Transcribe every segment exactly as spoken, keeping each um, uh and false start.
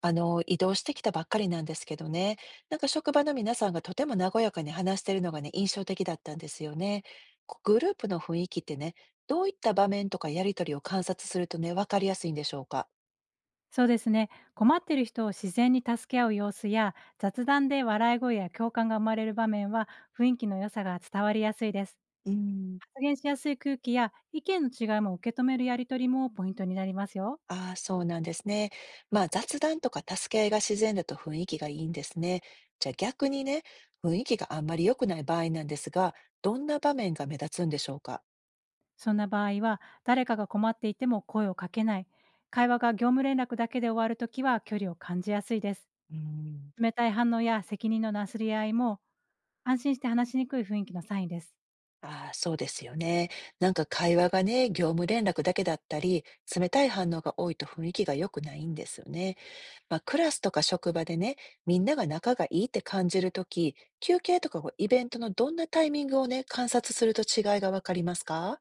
あの、移動してきたばっかりなんですけどね、なんか職場の皆さんがとても和やかに話しているのがね、印象的だったんですよね。こうグループの雰囲気ってね、どういった場面とかやりとりを観察するとね、わかりやすいんでしょうか。そうですね。困ってる人を自然に助け合う様子や、雑談で笑い声や共感が生まれる場面は、雰囲気の良さが伝わりやすいです。うん、発言しやすい空気や意見の違いも受け止めるやりとりもポイントになりますよ。ああ、そうなんですね。まあ雑談とか助け合いが自然だと雰囲気がいいんですね。じゃあ逆にね、雰囲気があんまり良くない場合なんですが、どんな場面が目立つんでしょうか。そんな場合は、誰かが困っていても声をかけない。会話が業務連絡だけで終わるときは距離を感じやすいです。うん。冷たい反応や責任のなすり合いも、安心して話しにくい雰囲気のサインです。ああ、そうですよね。なんか会話がね、業務連絡だけだったり、冷たい反応が多いと雰囲気が良くないんですよね。まあ、クラスとか職場でね、みんなが仲がいいって感じるとき、休憩とかイベントのどんなタイミングをね、観察すると違いがわかりますか。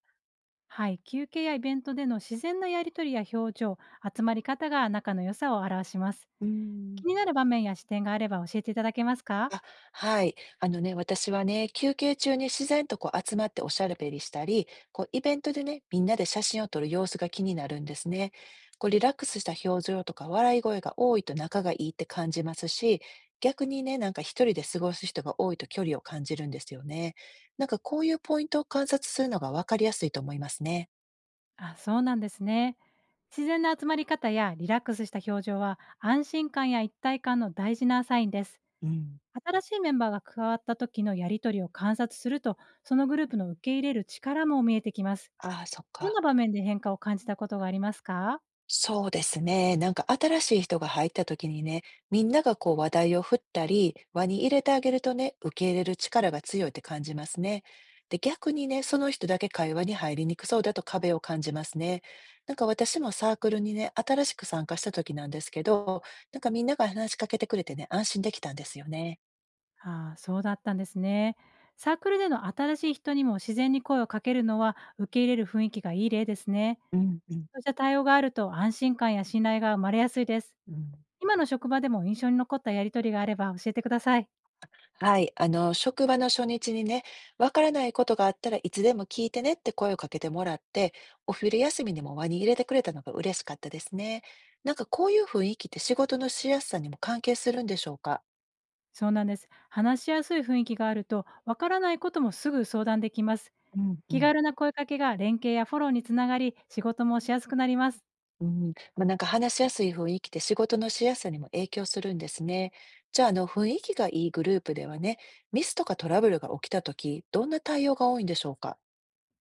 はい、休憩やイベントでの自然なやり取りや表情、集まり方が仲の良さを表します。うーん。気になる場面や視点があれば教えていただけますか？あ、はい。あのね、私はね、休憩中に自然とこう集まっておしゃべりしたり、こうイベントでね、みんなで写真を撮る様子が気になるんですね。こうリラックスした表情とか笑い声が多いと仲がいいって感じますし、逆にね、なんか一人で過ごす人が多いと距離を感じるんですよね。なんかこういうポイントを観察するのがわかりやすいと思いますね。あ、そうなんですね。自然な集まり方やリラックスした表情は安心感や一体感の大事なサインです。うん。新しいメンバーが加わった時のやり取りを観察すると、そのグループの受け入れる力も見えてきます。ああ、そっどんか。な場面で変化を感じたことがありますか？そうですね。なんか新しい人が入った時にね、みんながこう話題を振ったり、輪に入れてあげるとね、受け入れる力が強いって感じますね。で、逆にね、その人だけ会話に入りにくそうだと壁を感じますね。なんか私もサークルにね、新しく参加した時なんですけど、なんかみんなが話しかけてくれてね、安心できたんですよね。ああ、そうだったんですね。サークルでの新しい人にも自然に声をかけるのは受け入れる雰囲気がいい例ですね。うん、うん。そうした対応があると安心感や信頼が生まれやすいです。うん。今の職場でも印象に残ったやりとりがあれば教えてください。はい、あの、職場の初日にね、わからないことがあったらいつでも聞いてねって声をかけてもらって、お昼休みにも輪に入れてくれたのが嬉しかったですね。なんかこういう雰囲気って仕事のしやすさにも関係するんでしょうか。そうなんです。話しやすい雰囲気があると、わからないこともすぐ相談できます。うんう気ん。軽な声かけが連携やフォローにつながり、仕事もしやすくなります。うん、まあ、なんか話しやすい雰囲気って仕事のしやすさにも影響するんですね。じゃあ、あの、雰囲気がいいグループではね、ミスとかトラブルが起きたとき、どんな対応が多いんでしょうか。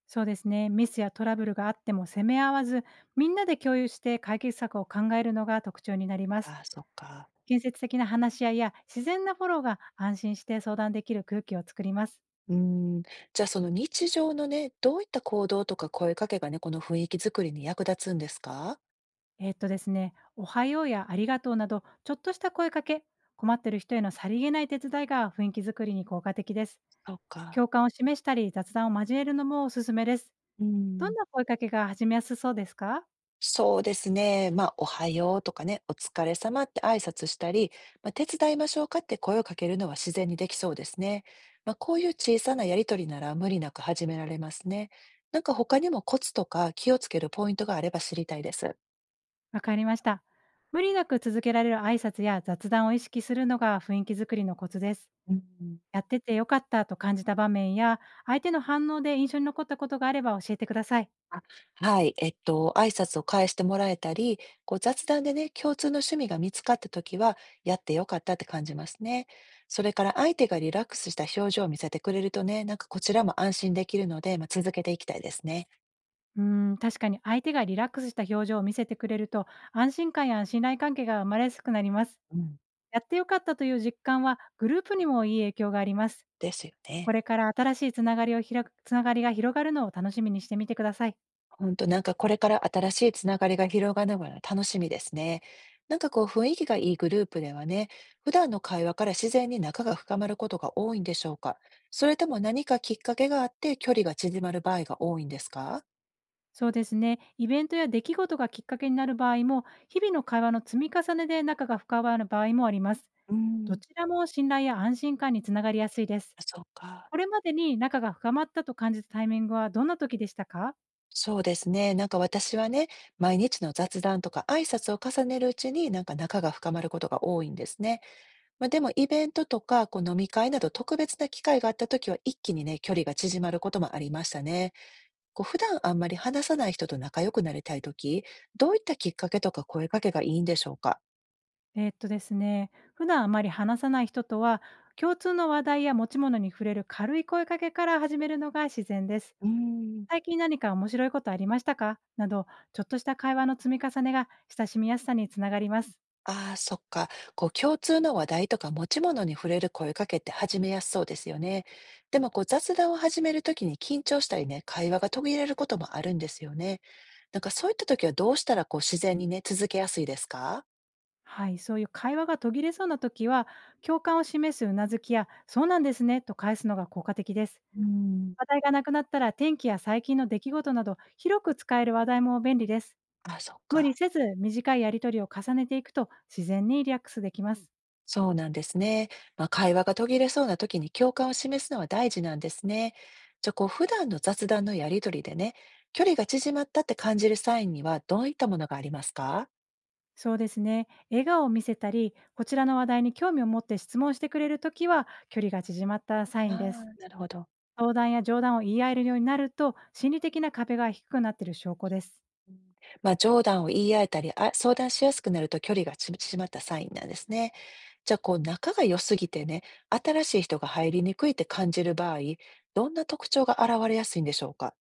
そうですね。ミスやトラブルがあっても責め合わず、みんなで共有して解決策を考えるのが特徴になります。ああ、そっか。建設的な話し合いや自然なフォローが安心して相談できる空気を作ります。うーん、じゃあその日常のね、どういった行動とか声かけがね、この雰囲気作りに役立つんですか？えーっとですね、おはようやありがとうなど、ちょっとした声かけ、困ってる人へのさりげない手伝いが雰囲気作りに効果的です。そうか。共感を示したり、雑談を交えるのもおすすめです。うどんん。な声かけが始めやすそうですか？そうですね。まあ、おはようとかね、お疲れ様って挨拶したり、まあ、手伝いましょうかって声をかけるのは自然にできそうですね。まあ、こういう小さなやりとりなら無理なく始められますね。なんか他にもコツとか気をつけるポイントがあれば知りたいです。わかりました。無理なく続けられる挨拶や雑談を意識するのが雰囲気作りのコツです。うん。やってて良かったと感じた場面や、相手の反応で印象に残ったことがあれば教えてください。あ、はい。えっと、挨拶を返してもらえたり、こう雑談でね、共通の趣味が見つかったときは、やってよかったって感じますね。それから相手がリラックスした表情を見せてくれるとね、なんかこちらも安心できるので、まあ、続けていきたいですね。うーん、確かに相手がリラックスした表情を見せてくれると、安心感や信頼関係が生まれやすくなります。うん。やって良かったという実感は、グループにもいい影響があります。ですよね。これから新しいつながりをひらくつながりが広がるのを楽しみにしてみてください。本当なんかこれから新しいつながりが広がるのが楽しみですね。なんかこう雰囲気がいいグループではね、普段の会話から自然に仲が深まることが多いんでしょうか。それとも何かきっかけがあって距離が縮まる場合が多いんですか。そうですね。イベントや出来事がきっかけになる場合も、日々の会話の積み重ねで仲が深まる場合もあります。うどん、ちらも信頼や安心感につながりやすいです。そうか。これまでに仲が深まったと感じたタイミングはどんな時でしたか？そうですね。なんか私はね、毎日の雑談とか挨拶を重ねるうちになんか仲が深まることが多いんですね。まあ、でもイベントとかこう飲み会など特別な機会があった時は一気にね、距離が縮まることもありましたね。こう普段あんまり話さない人と仲良くなりたいとき、どういったきっかけとか声かけがいいんでしょうか？えーっとですね、普段あまり話さない人とは、共通の話題や持ち物に触れる軽い声かけから始めるのが自然です。うーん。最近何か面白いことありましたか？など、ちょっとした会話の積み重ねが親しみやすさにつながります。ああ、そっか。こう共通の話題とか持ち物に触れる声かけって始めやすそうですよね。でもこう雑談を始めるときに緊張したりね、会話が途切れることもあるんですよね。なんかそういったときはどうしたらこう自然にね、続けやすいですか？はい、そういう会話が途切れそうな時は、共感を示すうなずきや、そうなんですねと返すのが効果的です。うん。話題がなくなったら天気や最近の出来事など、広く使える話題も便利です。ああ、そっ無理か。せず短いやりとりを重ねていくと自然にリラックスできます。そうなんですね。まあ、会話が途切れそうな時に共感を示すのは大事なんですね。じゃあ、こう、普段の雑談のやりとりでね、距離が縮まったって感じるサインにはどういったものがありますか。そうですね。笑顔を見せたり、こちらの話題に興味を持って質問してくれるときは距離が縮まったサあインであ、す。なるほど。相談や冗談を言い合えるようになると心理的な壁が低くなっている証拠です。うん。まあ、冗談を言い合えたり、あ、相談しやすくなると距離が縮縮まったサインなんですね。じゃあ、こう、仲が良すぎてね、新しい人が入りにくいって感じる場合、どんな特徴が現れやすいんでしょうか。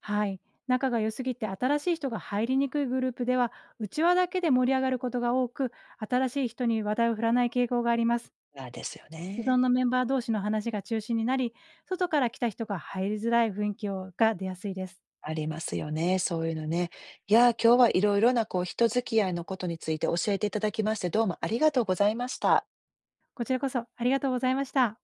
はい。仲が良すぎて新しい人が入りにくいグループでは、内輪だけで盛り上がることが多く、新しい人に話題を振らない傾向があります。ああですよ既存ね。のメンバー同士の話が中心になり、外から来た人が入りづらい雰囲気をが出やすいです。ありますよね、そういうのね。いやー、今日はいろいろなこう人付き合いのことについて教えていただきまして、どうもありがとうございました。こちらこそありがとうございました。